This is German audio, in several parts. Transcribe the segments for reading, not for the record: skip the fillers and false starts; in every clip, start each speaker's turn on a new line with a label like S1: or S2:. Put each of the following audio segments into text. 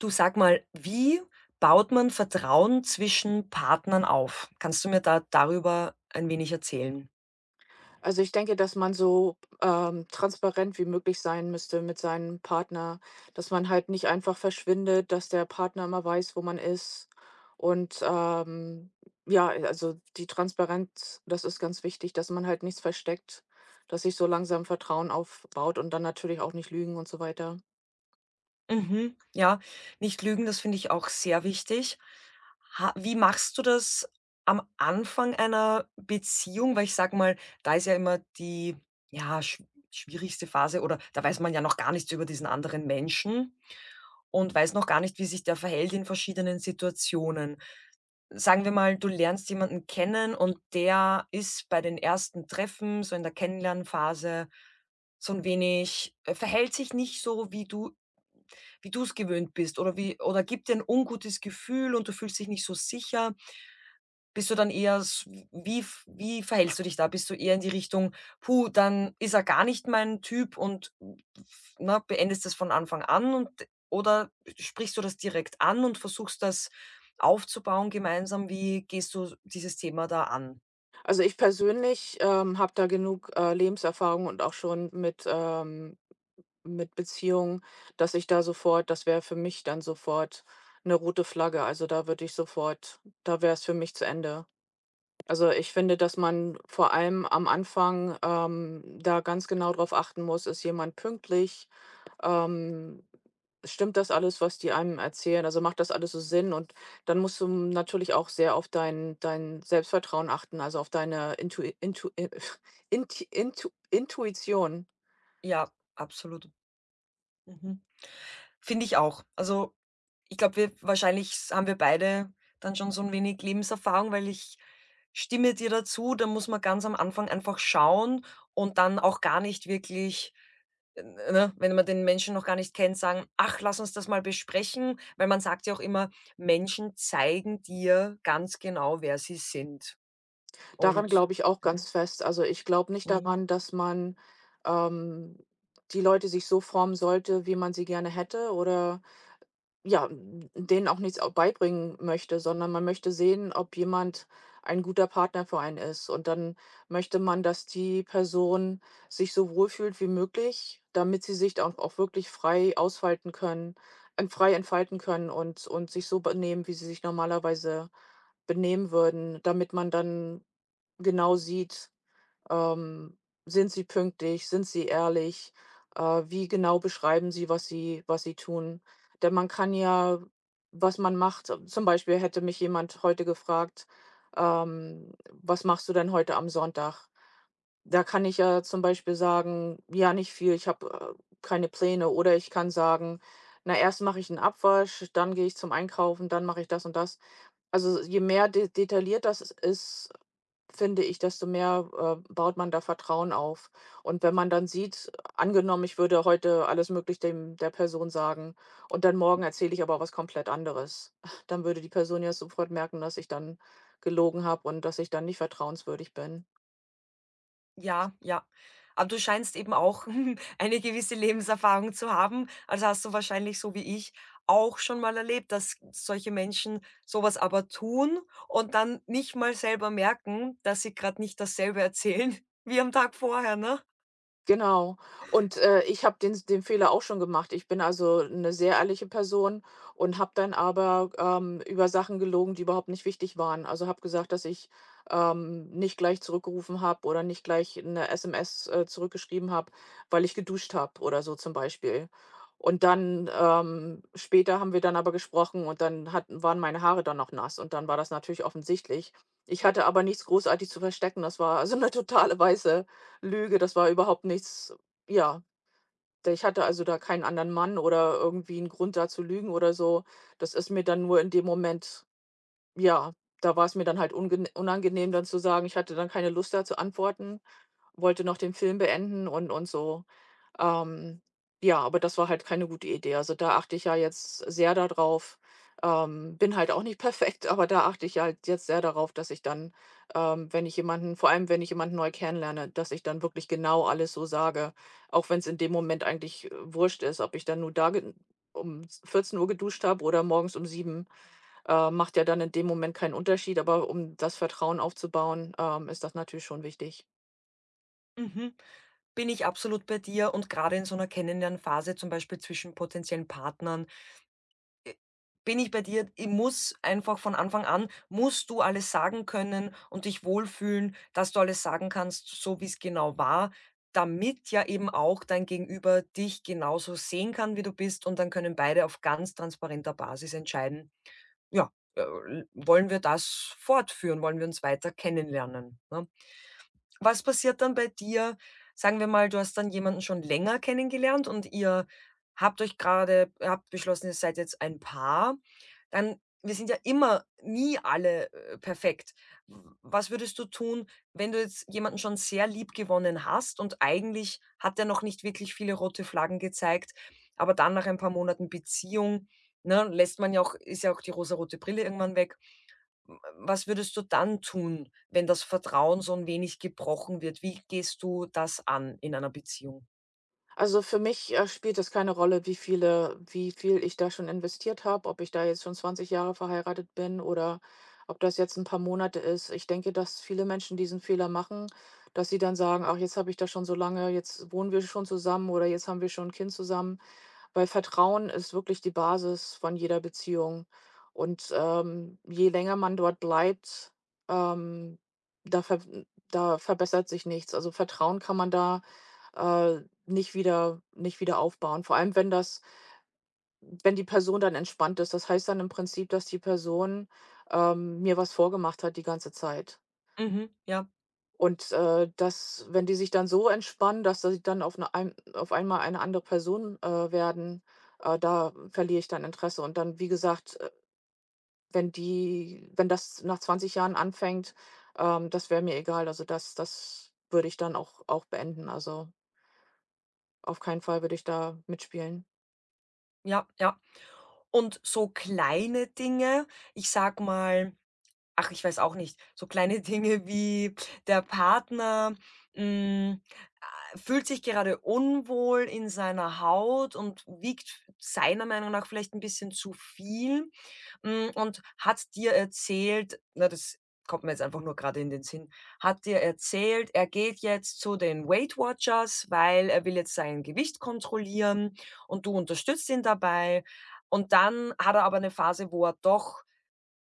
S1: Du, sag mal, wie baut man Vertrauen zwischen Partnern auf? Kannst du mir da darüber ein wenig erzählen?
S2: Also, ich denke, dass man so, transparent wie möglich sein müsste mit seinem Partner, dass man halt nicht einfach verschwindet, dass der Partner immer weiß, wo man ist. Und, ja, also, die Transparenz, das ist ganz wichtig, dass man halt nichts versteckt, dass sich so langsam Vertrauen aufbaut und dann natürlich auch nicht lügen und so weiter.
S1: Mhm, ja, nicht lügen, das finde ich auch sehr wichtig. Ha, wie machst du das am Anfang einer Beziehung? Weil ich sag mal, da ist ja immer die, ja, schwierigste Phase, oder da weiß man ja noch gar nichts über diesen anderen Menschen und weiß noch gar nicht, wie sich der verhält in verschiedenen Situationen. Sagen wir mal, du lernst jemanden kennen und der ist bei den ersten Treffen, so in der Kennenlernphase, so ein wenig verhält sich nicht so, wie du es gewöhnt bist, oder wie oder gibt dir ein ungutes Gefühl und du fühlst dich nicht so sicher. Bist du dann eher s wie f wie verhältst du dich da? Bist du eher in die Richtung: „Puh, dann ist er gar nicht mein Typ“ und f ne, beendest das von Anfang an, und oder sprichst du das direkt an und versuchst das aufzubauen gemeinsam? Wie gehst du dieses Thema da an?
S2: Also, ich persönlich, habe da genug, Lebenserfahrung und auch schon mit Beziehungen, dass ich da sofort das wäre für mich dann sofort eine rote Flagge. Also, da würde ich sofort da wäre es für mich zu Ende. Also, ich finde, dass man vor allem am Anfang, da ganz genau drauf achten muss: Ist jemand pünktlich? Ähm, stimmt das alles, was die einem erzählen? Also, macht das alles so Sinn? Und dann musst du natürlich auch sehr auf dein Selbstvertrauen achten, also auf deine Intui Intu Inti Intu Intuition.
S1: Ja, absolut. Mhm. Finde ich auch. Also, ich glaube, wir wahrscheinlich s haben wir beide dann schon so ein wenig Lebenserfahrung, weil ich stimme dir dazu. Da muss man ganz am Anfang einfach schauen und dann auch gar nicht wirklich, n ne, wenn man den Menschen noch gar nicht kennt, sagen: „Ach, lass uns das mal besprechen“, weil man sagt ja auch immer, Menschen zeigen dir ganz genau, wer sie sind,
S2: Daran
S1: und
S2: glaube ich auch
S1: ne?
S2: ganz fest. Also, ich glaube nicht
S1: Mhm.
S2: daran, dass man, ähm die Leute sich so formen sollte, wie man sie gerne hätte, oder, ja, n denen auch nichts au beibringen möchte, sondern man möchte sehen, ob jemand ein guter Partner für einen ist. Und dann möchte man, dass die Person sich so wohlfühlt wie möglich, damit sie sich dann auch wirklich frei entfalten können und sich so benehmen, wie sie sich normalerweise benehmen würden, damit man dann genau sieht, ähm, sind sie pünktlich, sind sie ehrlich, wie genau beschreiben sie, was sie tun? Denn man kann ja was man macht zum Beispiel hätte mich jemand heute gefragt: „Was machst du denn heute am Sonntag?" Da kann ich ja zum Beispiel sagen: „Ja, nicht viel, ich habe, keine Pläne." Oder ich kann sagen: „Na, erst mache ich einen Abwasch, dann gehe ich zum Einkaufen, dann mache ich das und das." Also, je mehr de detailliert das ist, finde ich, desto mehr, baut man da Vertrauen auf. Und wenn man dann sieht, angenommen, ich würde heute alles möglich dem der Person sagen und dann morgen erzähle ich aber was komplett anderes. Dann würde die Person ja sofort merken, dass ich dann gelogen habe und dass ich dann nicht vertrauenswürdig bin.
S1: Ja, ja. Aber du scheinst eben auch eine gewisse Lebenserfahrung zu haben. Also hast du wahrscheinlich, so wie ich, auch schon mal erlebt, dass solche Menschen sowas aber tun und dann nicht mal selber merken, dass sie gerade nicht dasselbe erzählen wie am Tag vorher, ne?
S2: Genau. Und, ich habe den Fehler auch schon gemacht. Ich bin also eine sehr ehrliche Person und habe dann aber, über Sachen gelogen, die überhaupt nicht wichtig waren. Also, habe gesagt, dass ich, nicht gleich zurückgerufen habe oder nicht gleich 'ne SMS, zurückgeschrieben habe, weil ich geduscht habe oder so zum Beispiel. Und dann, später haben wir dann aber gesprochen und dann hatten waren meine Haare dann noch nass und dann war das natürlich offensichtlich. Ich hatte aber nichts großartig zu verstecken. Das war also eine totale weiße Lüge, das war überhaupt nichts, ja, d ich hatte also da keinen anderen Mann oder irgendwie einen Grund, da zu lügen oder so. Das ist mir dann nur in dem Moment, ja, da war es mir dann halt ungene unangenehm, dann zu sagen, ich hatte dann keine Lust, da zu antworten, wollte noch den Film beenden und so. Ähm, ja, aber das war halt keine gute Idee. Also, da achte ich ja jetzt sehr darauf. Bin halt auch nicht perfekt, aber da achte ich halt jetzt sehr darauf, dass ich dann, wenn ich jemanden vor allem, wenn ich jemanden neu kennenlerne, dass ich dann wirklich genau alles so sage, auch wenn es in dem Moment eigentlich, wurscht ist, ob ich dann nur da ge um 14 Uhr geduscht habe oder morgens um 7. Macht ja dann in dem Moment keinen Unterschied, aber um das Vertrauen aufzubauen, ist das natürlich schon wichtig.
S1: Mhm. Bin ich absolut bei dir, und gerade in so 'ner Kennenlernphase, zum Beispiel zwischen potenziellen Partnern. Äh, Bin ich bei dir. Ich muss einfach von Anfang an, musst du alles sagen können und dich wohlfühlen, dass du alles sagen kannst, so wie es genau war, damit ja eben auch dein Gegenüber dich genauso sehen kann, wie du bist, und dann können beide auf ganz transparenter Basis entscheiden: „Ja, äh, wollen wir das fortführen? Wollen wir uns weiter kennenlernen?“, ne? Was passiert dann bei dir? Sagen wir mal, du hast dann jemanden schon länger kennengelernt und ihr habt euch gerade, habt beschlossen, ihr seid jetzt ein Paar. Dann, wir sind ja immer nie alle, perfekt. W Was würdest du tun, wenn du jetzt jemanden schon sehr lieb gewonnen hast und eigentlich hat er noch nicht wirklich viele rote Flaggen gezeigt, aber dann nach ein paar Monaten Beziehung, ne, lässt man ja auch, ist ja auch die rosarote Brille irgendwann weg, was würdest du dann tun, wenn das Vertrauen so ein wenig gebrochen wird? Wie gehst du das an in einer Beziehung?
S2: Also, für mich, spielt es keine Rolle, wie viel ich da schon investiert habe, ob ich da jetzt schon 20 Jahre verheiratet bin oder ob das jetzt ein paar Monate ist. Ich denke, dass viele Menschen diesen Fehler machen, dass sie dann sagen: „Ach, jetzt habe ich das schon so lange, jetzt wohnen wir schon zusammen oder jetzt haben wir schon ein Kind zusammen." Weil Vertrauen ist wirklich die Basis von jeder Beziehung. Und, je länger man dort bleibt, ähm, da ver da verbessert sich nichts. Also, Vertrauen kann man da, nicht wieder aufbauen. Vor allem, wenn die Person dann entspannt ist. Das heißt dann im Prinzip, dass die Person, mir was vorgemacht hat die ganze Zeit.
S1: Mhm, ja,
S2: Und, das wenn die sich dann so entspannen, dass sie dann auf einmal eine andere Person, werden, da verliere ich dann Interesse. Und dann, wie gesagt, wenn das nach 20 Jahren anfängt, das wäre mir egal. Also, das würde ich dann auch beenden. Also, auf keinen Fall würde ich da mitspielen.
S1: ja, ja. Und so kleine Dinge, ich sag mal, ach, ich weiß auch nicht. So kleine Dinge wie der Partner, hm, fühlt sich gerade unwohl in seiner Haut und wiegt seiner Meinung nach vielleicht 'n bisschen zu viel, hm, und hat dir erzählt, na, das kommt mir jetzt einfach nur grade in den Sinn, hat dir erzählt, er geht jetzt zu den Weight Watchers, weil er will jetzt sein Gewicht kontrollieren und du unterstützt ihn dabei. Und dann hat er aber 'ne Phase, wo er doch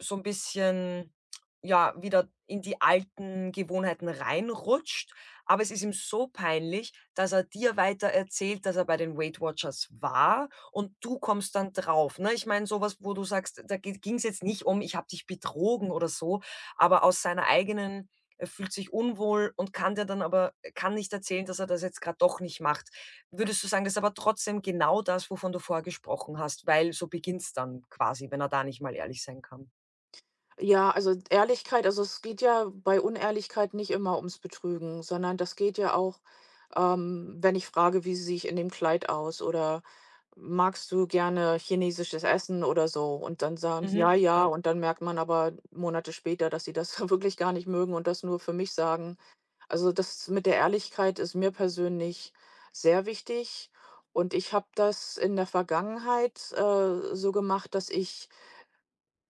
S1: so ein bisschen, ja, wieder in die alten Gewohnheiten reinrutscht, aber es ist ihm so peinlich, dass er dir weiter erzählt, dass er bei den Weight Watchers war, und du kommst dann drauf, ne? Ich meine, sowas, wo du sagst, da ging es jetzt nicht um: „Ich habe dich betrogen“ oder so, aber aus seiner eigenen, er fühlt sich unwohl und kann dir dann aber kann nicht erzählen, dass er das jetzt gerade doch nicht macht. Würdest du sagen, das ist aber trotzdem genau das, wovon du vorher gesprochen hast, weil so beginnt's dann quasi, wenn er da nicht mal ehrlich sein kann?
S2: Ja, also, Ehrlichkeit also es geht ja bei Unehrlichkeit nicht immer ums Betrügen, sondern das geht ja auch, wenn ich frage: „Wie sehe ich in dem Kleid aus?" oder „Magst du gerne chinesisches Essen?" oder so. Und dann sagen die: „Ja,
S1: Mhm,
S2: ja."
S1: ja,
S2: Und dann merkt man aber Monate später, dass sie das wirklich gar nicht mögen und das nur für mich sagen. Also, das mit der Ehrlichkeit ist mir persönlich sehr wichtig, und ich habe das in der Vergangenheit, so gemacht, dass ich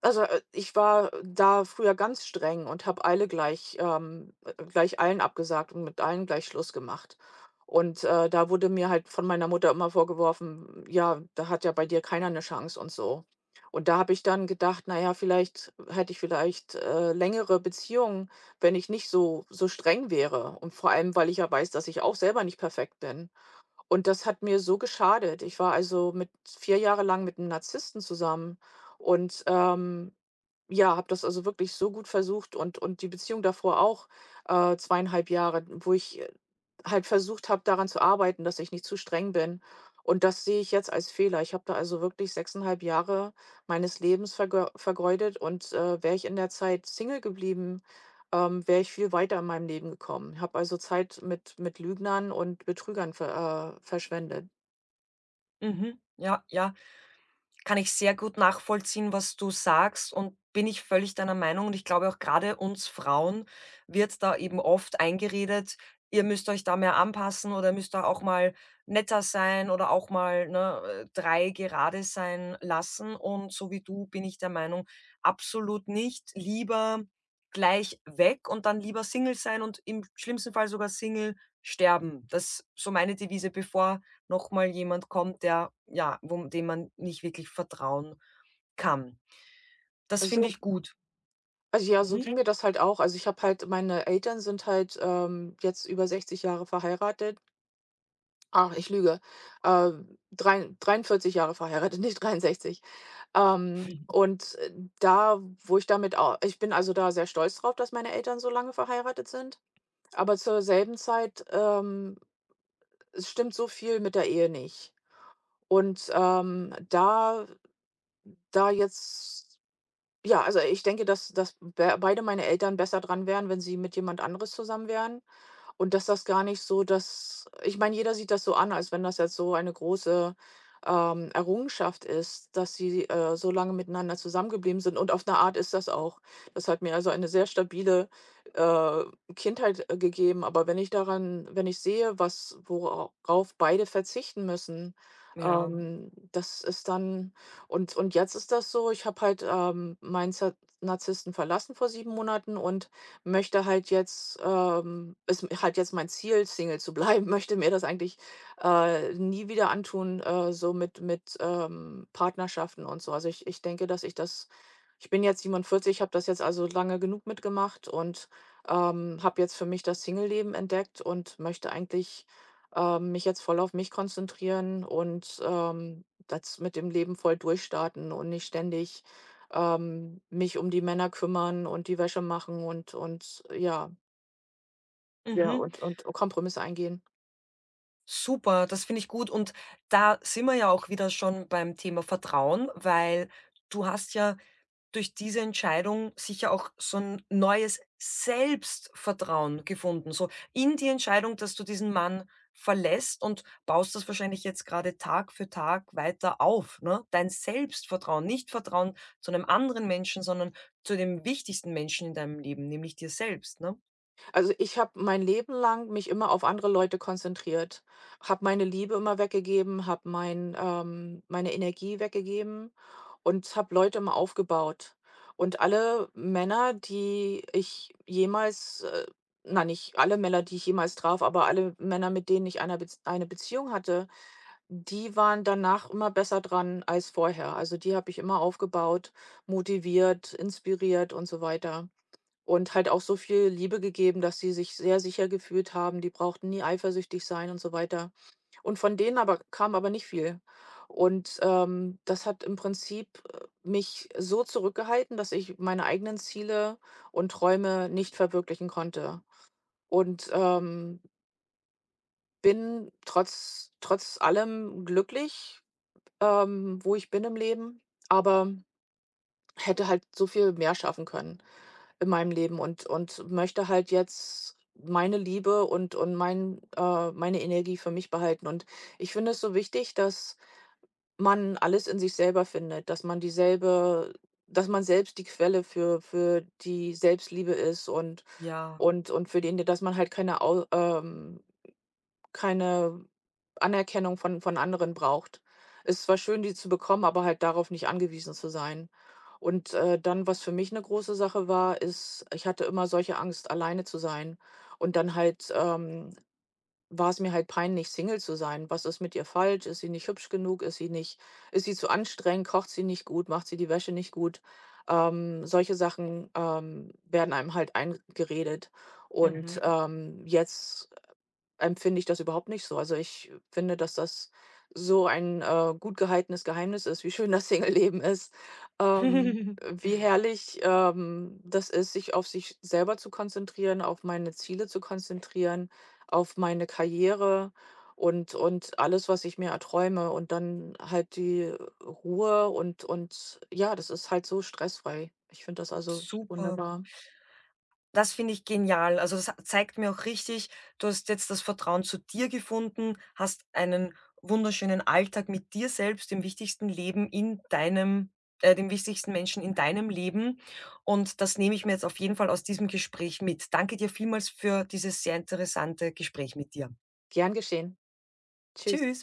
S2: also, äh, ich war da früher ganz streng und habe alle gleich gleich allen abgesagt und mit allen gleich Schluss gemacht. Und, da wurde mir halt von meiner Mutter immer vorgeworfen: „Ja, da hat ja bei dir keiner eine Chance" und so. Und da habe ich dann gedacht: „Na ja, vielleicht, längere Beziehungen, wenn ich nicht so streng wäre." Und vor allem, weil ich ja weiß, dass ich auch selber nicht perfekt bin. Und das hat mir so geschadet. Ich war also mit 4 Jahre lang mit einem Narzissten zusammen und, ja, habe das also wirklich so gut versucht, und die Beziehung davor auch, 2,5 Jahre, wo ich, halt versucht habe, daran zu arbeiten, dass ich nicht zu streng bin. Und das sehe ich jetzt als Fehler. Ich habe da also wirklich 6,5 Jahre meines Lebens vergeudet, und, wäre ich in der Zeit Single geblieben, wäre ich viel weiter in meinem Leben gekommen. Ich habe also Zeit mit Lügnern und Betrügern verschwendet.
S1: mhm, ja, ja. Kann ich sehr gut nachvollziehen, was du sagst, und bin ich völlig deiner Meinung, und ich glaube auch, gerade uns Frauen wird da eben oft eingeredet: „Ihr müsst euch da mehr anpassen oder müsst da auch mal netter sein oder auch mal, ne, 3 gerade sein lassen.“ Und so wie du bin ich der Meinung, absolut nicht. Lieber gleich weg und dann lieber Single sein und im schlimmsten Fall sogar Single sterben. Das ist so meine Devise, bevor noch mal jemand kommt, der, ja, wo dem man nicht wirklich vertrauen kann. Das finde
S2: Also
S1: ich gut.
S2: also, ja, so
S1: Mhm.
S2: ging mir das halt auch. Also, ich habe halt meine Eltern sind halt, jetzt über 60 Jahre verheiratet. Ach, ich lüge. 43 Jahre verheiratet, nicht 63. Ähm, und, äh, Da, wo ich damit auch, ich bin also da sehr stolz drauf, dass meine Eltern so lange verheiratet sind, aber zur selben Zeit, es stimmt so viel mit der Ehe nicht. Und, da jetzt, ja, also ich denke, dass be beide meine Eltern besser dran wären, wenn sie mit jemand anderes zusammen wären. Und dass das gar nicht so dass Ich meine, jeder sieht das so an, als wenn das jetzt so eine große, Errungenschaft ist, dass sie, so lange miteinander zusammengeblieben sind. Und auf eine Art ist das auch. Das hat mir also eine sehr stabile, äh, Kindheit, gegeben. Aber wenn ich sehe, was worauf beide verzichten müssen,
S1: Ja.
S2: das ist dann und jetzt ist das so, ich habe halt, meinen Za Narzissten verlassen vor 7 Monaten und Möchte halt jetzt ist halt jetzt mein Ziel, Single zu bleiben. Möchte mir das eigentlich, nie wieder antun, so mit Partnerschaften und so. Also, ich denke, dass ich das Ich bin jetzt 47, habe das jetzt also lange genug mitgemacht, und, habe jetzt für mich das Singleleben entdeckt und möchte eigentlich, mich jetzt voll auf mich konzentrieren und, das mit dem Leben voll durchstarten und nicht ständig mich um die Männer kümmern und die Wäsche machen und ja, ja,
S1: Mhm.
S2: und Kompromisse eingehen.
S1: Super, das finde ich gut, und da sind wir ja auch wieder schon beim Thema Vertrauen, weil du hast ja durch diese Entscheidung sicher auch so ein neues Selbstvertrauen gefunden, so in die Entscheidung, dass du diesen Mann verlässt, und baust das wahrscheinlich jetzt gerade Tag für Tag weiter auf, ne? Dein Selbstvertrauen, nicht Vertrauen zu einem anderen Menschen, sondern zu dem wichtigsten Menschen in deinem Leben, nämlich dir selbst, ne?
S2: Also, ich habe mein Leben lang mich immer auf andere Leute konzentriert, habe meine Liebe immer weggegeben, habe meine Energie weggegeben und habe Leute immer aufgebaut. Und alle Männer, die ich jemals na, nicht alle Männer, die ich jemals traf, aber alle Männer, mit denen ich eine Beziehung hatte, die waren danach immer besser dran als vorher. Also, die habe ich immer aufgebaut, motiviert, inspiriert und so weiter. Und halt auch so viel Liebe gegeben, dass sie sich sehr sicher gefühlt haben. Die brauchten nie eifersüchtig sein und so weiter. Und von denen aber kam aber nicht viel. Und, das hat im Prinzip, mich so zurückgehalten, dass ich meine eigenen Ziele und Träume nicht verwirklichen konnte. Und, bin trotz allem glücklich, wo ich bin im Leben, aber hätte halt so viel mehr schaffen können in meinem Leben und möchte halt jetzt meine Liebe und meine Energie für mich behalten. Und ich finde es so wichtig, dass man alles in sich selber findet, dass man selbst die Quelle für die Selbstliebe ist
S1: Ja,
S2: und für den dass man halt keine Anerkennung von anderen braucht. Es war schön, die zu bekommen, aber halt darauf nicht angewiesen zu sein. Und, dann, was für mich eine große Sache war, ist, ich hatte immer solche Angst, alleine zu sein. Und dann halt, war es mir halt peinlich, Single zu sein. Was ist mit ihr falsch? Ist sie nicht hübsch genug? Ist sie nicht Ist sie zu anstrengend? Kocht sie nicht gut? Macht sie die Wäsche nicht gut? Solche Sachen, werden einem halt eingeredet. Und,
S1: mhm.
S2: jetzt empfinde ich das überhaupt nicht so. Also, ich finde, dass das so ein, gut gehaltenes Geheimnis ist, wie schön das Singleleben ist, wie herrlich, das ist, sich auf sich selber zu konzentrieren, auf meine Ziele zu konzentrieren, auf meine Karriere und alles, was ich mir erträume, und dann halt die Ruhe und ja, das ist halt so stressfrei. Ich finde das also
S1: Super.
S2: wunderbar.
S1: Das finde ich genial. Also, das zeigt mir auch richtig, du hast jetzt das Vertrauen zu dir gefunden, hast einen wunderschönen Alltag mit dir selbst, dem wichtigsten Leben in deinem dem wichtigsten Menschen in deinem Leben. Und das nehme ich mir jetzt auf jeden Fall aus diesem Gespräch mit. Danke dir vielmals für dieses sehr interessante Gespräch mit dir.
S2: Gern geschehen. Tschüss.
S1: Tschüss.